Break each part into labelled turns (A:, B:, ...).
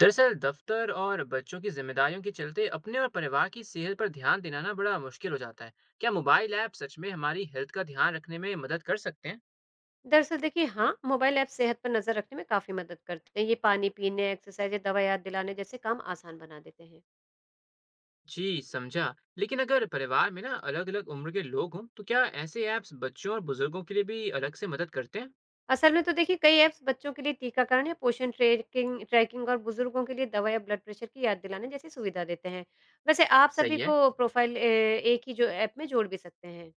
A: दरअसल दफ्तर और बच्चों की जिम्मेदारियों के चलते अपने और परिवार की सेहत पर ध्यान देना ना बड़ा मुश्किल हो जाता है। क्या मोबाइल ऐप सच में हमारी हेल्थ का ध्यान रखने में मदद कर सकते हैं?
B: दरअसल देखिए हाँ, मोबाइल ऐप सेहत पर नज़र रखने में काफ़ी मदद करते हैं। ये पानी पीने, एक्सरसाइज या दवा याद दिलाने जैसे काम आसान बना देते हैं।
A: जी, समझा। लेकिन अगर परिवार में ना अलग अलग उम्र के लोग हों तो क्या ऐसे ऐप्स बच्चों और बुजुर्गों के लिए भी अलग से मदद करते हैं?
B: असल में तो देखिए कई ऐप्स बच्चों के लिए टीकाकरण या पोषण ट्रैकिंग ट्रैकिंग और बुजुर्गों के लिए दवा या ब्लड प्रेशर की याद दिलाने जैसी सुविधा देते हैं। वैसे आप
A: सही
B: सभी
A: है।
B: को प्रोफाइल एक ही जो ऐप में जोड़ भी सकते हैं।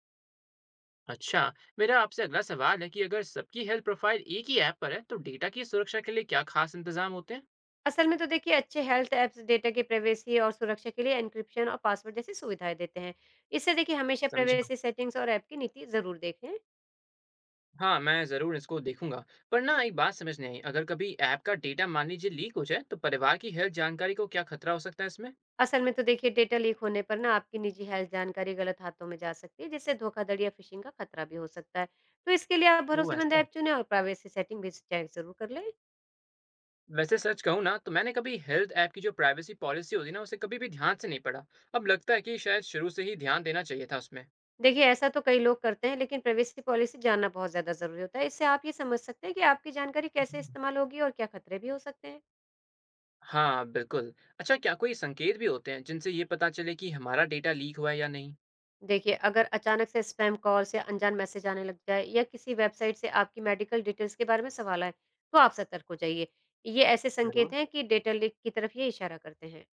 A: अच्छा, मेरा आपसे अगला सवाल है कि अगर सबकी हेल्थ प्रोफाइल एक ही ऐप पर है तो डेटा की सुरक्षा के लिए क्या खास इंतजाम होते हैं?
B: असल में तो देखिए अच्छे हेल्थ ऐप्स डेटा की प्राइवेसी और सुरक्षा के लिए एन्क्रिप्शन और पासवर्ड जैसी सुविधाएं देते हैं। इससे देखिए हमेशा
A: समझा।
B: प्राइवेसी सेटिंग्स और ऐप की नीति ज़रूर देखें।
A: हाँ, मैं ज़रूर इसको देखूंगा। पर ना एक बात समझ नहीं आई, अगर कभी ऐप का डेटा मान लीजिए लीक हो जाए तो परिवार की हेल्थ जानकारी को क्या खतरा हो सकता है इसमें?
B: असल में तो देखिए डेटा लीक होने पर ना आपकी निजी हेल्थ जानकारी गलत हाथों में जा सकती है जिससे धोखाधड़ी या फिशिंग का खतरा भी हो सकता है। तो इसके लिए आप
A: वो
B: भरोसेमंद
A: ऐसा है।
B: ऐप चुनें और प्राइवेसी सेटिंग भी चेक जरूर कर लें।
A: वैसे सच कहूँ ना तो मैंने कभी हेल्थ ऐप की जो प्राइवेसी पॉलिसी होती है ना उसे कभी भी ध्यान से नहीं पढ़ा। अब लगता है कि शायद शुरू से ही ध्यान देना चाहिए था उसमें।
B: देखिए ऐसा तो कई लोग करते हैं लेकिन प्राइवेसी पॉलिसी जानना बहुत ज़्यादा ज़रूरी होता है। इससे आप ये समझ सकते हैं कि आपकी जानकारी कैसे
A: हम्म।
B: इस्तेमाल होगी और क्या खतरे भी हो सकते हैं।
A: हाँ, बिल्कुल। अच्छा, क्या कोई संकेत भी होते हैं जिनसे ये पता चले कि हमारा डेटा लीक हुआ है या नहीं?
B: देखिए अगर अचानक से स्पैम कॉल से अनजान मैसेज आने लग जाए या किसी वेबसाइट से आपकी मेडिकल डिटेल्स के बारे में सवाल आए तो आप सतर्क हो जाइए। ये ऐसे
A: जरूर।
B: संकेत हैं कि डेटा लीक की तरफ ये इशारा करते हैं।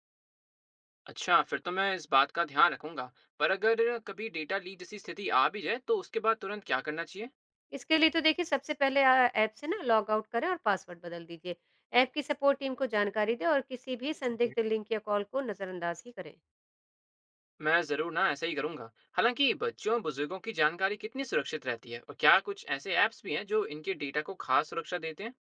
A: अच्छा, फिर तो मैं इस बात का ध्यान रखूंगा। पर अगर कभी डेटा लीक जैसी स्थिति आ भी जाए तो उसके बाद तुरंत क्या करना चाहिए?
B: इसके लिए तो देखिए सबसे पहले ऐप से ना लॉग आउट करें और पासवर्ड बदल दीजिए। ऐप की सपोर्ट टीम को जानकारी दें और किसी भी संदिग्ध लिंक या कॉल को नज़रअंदाज ही करें।
A: मैं ज़रूर ना ऐसा ही करूँगा। हालांकि बच्चों और बुजुर्गों की जानकारी कितनी सुरक्षित रहती है, और क्या कुछ ऐसे ऐप्स भी हैं जो इनके डेटा को खास सुरक्षा देते हैं?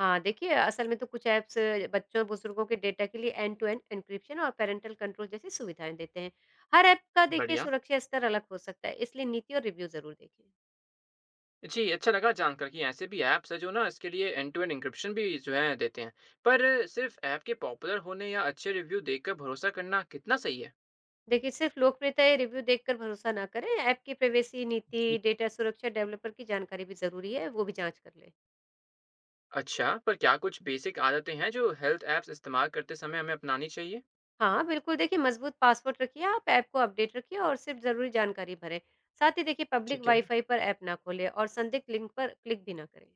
B: हाँ, देखिए असल में तो कुछ ऐप्स बच्चों और बुजुर्गों के डेटा के लिए एंड टू एंड एन्क्रिप्शन और पेरेंटल कंट्रोल जैसी सुविधाएं देते हैं। हर ऐप का देखिए
A: बढ़िया।
B: सुरक्षा स्तर अलग हो सकता है, इसलिए नीति और रिव्यू जरूर देखें।
A: जी, अच्छा लगा जानकर कि ऐसे भी ऐप्स है जो ना इसके लिए एंड टू एंड इंक्रिप्शन भी जो है देते हैं। पर सिर्फ ऐप के पॉपुलर होने या अच्छे रिव्यू देखकर भरोसा करना कितना सही है?
B: देखिए सिर्फ लोकप्रियता या रिव्यू देखकर भरोसा ना करें। ऐप की प्राइवेसी नीति,
A: जी।
B: डेटा सुरक्षा, डेवलपर की जानकारी भी जरूरी है, वो भी जांच कर लें।
A: अच्छा, पर क्या कुछ बेसिक आदतें हैं जो हेल्थ ऐप्स इस्तेमाल करते समय हमें अपनानी चाहिए?
B: हाँ, बिल्कुल देखिए मज़बूत पासवर्ड रखिए आप, ऐप को अपडेट रखिए और सिर्फ़ ज़रूरी जानकारी भरें। साथ ही देखिए पब्लिक
A: ठीक है,
B: वाईफ़ाई पर ऐप ना खोलें और संदिग्ध लिंक पर क्लिक भी ना करें।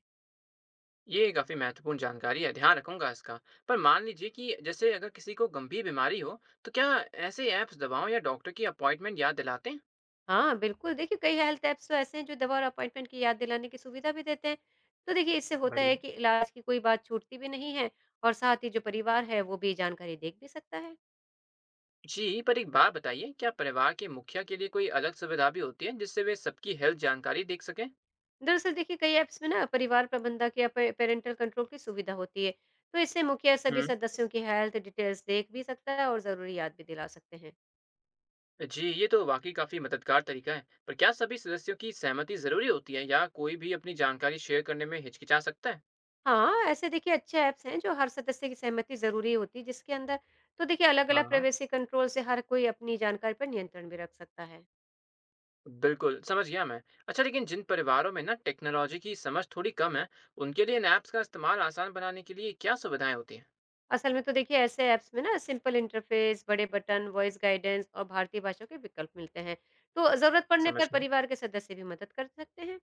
A: ये काफ़ी महत्वपूर्ण जानकारी है, ध्यान रखूंगा इसका। पर मान लीजिए कि जैसे अगर किसी को गंभीर बीमारी हो, तो क्या ऐसे ऐप्स दवाओं या डॉक्टर की अपॉइंटमेंट याद दिलाते हैं?
B: हाँ, बिल्कुल देखिए कई हेल्थ ऐप्स तो ऐसे हैं जो दवा और अपॉइंटमेंट की याद दिलाने की सुविधा भी देते हैं। तो देखिए इससे होता
A: बढ़िया।
B: है कि इलाज की कोई बात छूटती भी नहीं है और साथ ही जो परिवार है वो भी जानकारी देख भी सकता है।
A: जी, पर एक बात बताइए, क्या परिवार के मुखिया के लिए कोई अलग सुविधा भी होती है, जिससे वे सबकी हेल्थ जानकारी देख सकें?
B: दरअसल देखिए कई ऐप्स में ना परिवार प्रबंधक या पे पेरेंटल कंट्रोल की सुविधा होती है। तो इससे मुखिया सभी
A: हम्म।
B: सदस्यों की हेल्थ डिटेल्स देख भी सकता है और ज़रूरी याद भी दिला सकते हैं।
A: जी, ये तो वाकई काफ़ी मददगार तरीका है। पर क्या सभी सदस्यों की सहमति ज़रूरी होती है, या कोई भी अपनी जानकारी शेयर करने में हिचकिचा सकता है?
B: हाँ, ऐसे देखिए अच्छे ऐप्स हैं जो हर सदस्य की सहमति ज़रूरी होती है जिसके अंदर। तो देखिए अलग-अलग
A: हाँ,
B: प्राइवेसी कंट्रोल से हर कोई अपनी जानकारी पर नियंत्रण भी रख सकता है।
A: बिल्कुल, समझ गया मैं। अच्छा, लेकिन जिन परिवारों में ना टेक्नोलॉजी की समझ थोड़ी कम है, उनके लिए इन ऐप्स का इस्तेमाल आसान बनाने के लिए क्या सुविधाएँ होती हैं?
B: असल में तो देखिए ऐसे ऐप्स में ना सिंपल इंटरफेस, बड़े बटन, वॉइस गाइडेंस और भारतीय भाषा के विकल्प मिलते हैं। तो ज़रूरत पड़ने
A: समझ
B: पर
A: गया।
B: परिवार के सदस्य भी मदद कर सकते हैं।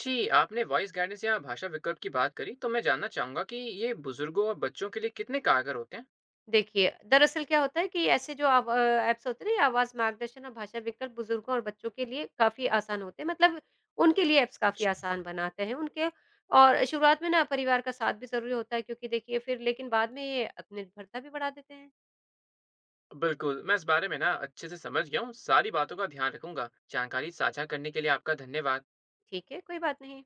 A: जी, आपने वॉइस गाइडेंस या भाषा विकल्प की बात करी, तो मैं जानना चाहूँगा कि ये बुज़ुर्गों और बच्चों के लिए कितने कारगर होते हैं?
B: देखिए, दरअसल क्या होता है कि ऐसे जो ऐप्स होते हैं ना, ये आवाज़ मार्गदर्शन और भाषा विकल्प बुजुर्गों और बच्चों के लिए काफ़ी आसान होते हैं, मतलब उनके लिए ऐप्स काफ़ी
A: अच्छा।
B: आसान बनाते हैं उनके। और शुरुआत में ना परिवार का साथ भी ज़रूरी होता है क्योंकि देखिए फिर लेकिन बाद में ये आत्मनिर्भरता भी बढ़ा देते हैं।
A: बिल्कुल, मैं इस बारे में ना अच्छे से समझ गया हूँ, सारी बातों का ध्यान रखूँगा। जानकारी साझा करने के लिए आपका धन्यवाद।
B: ठीक है, कोई बात नहीं।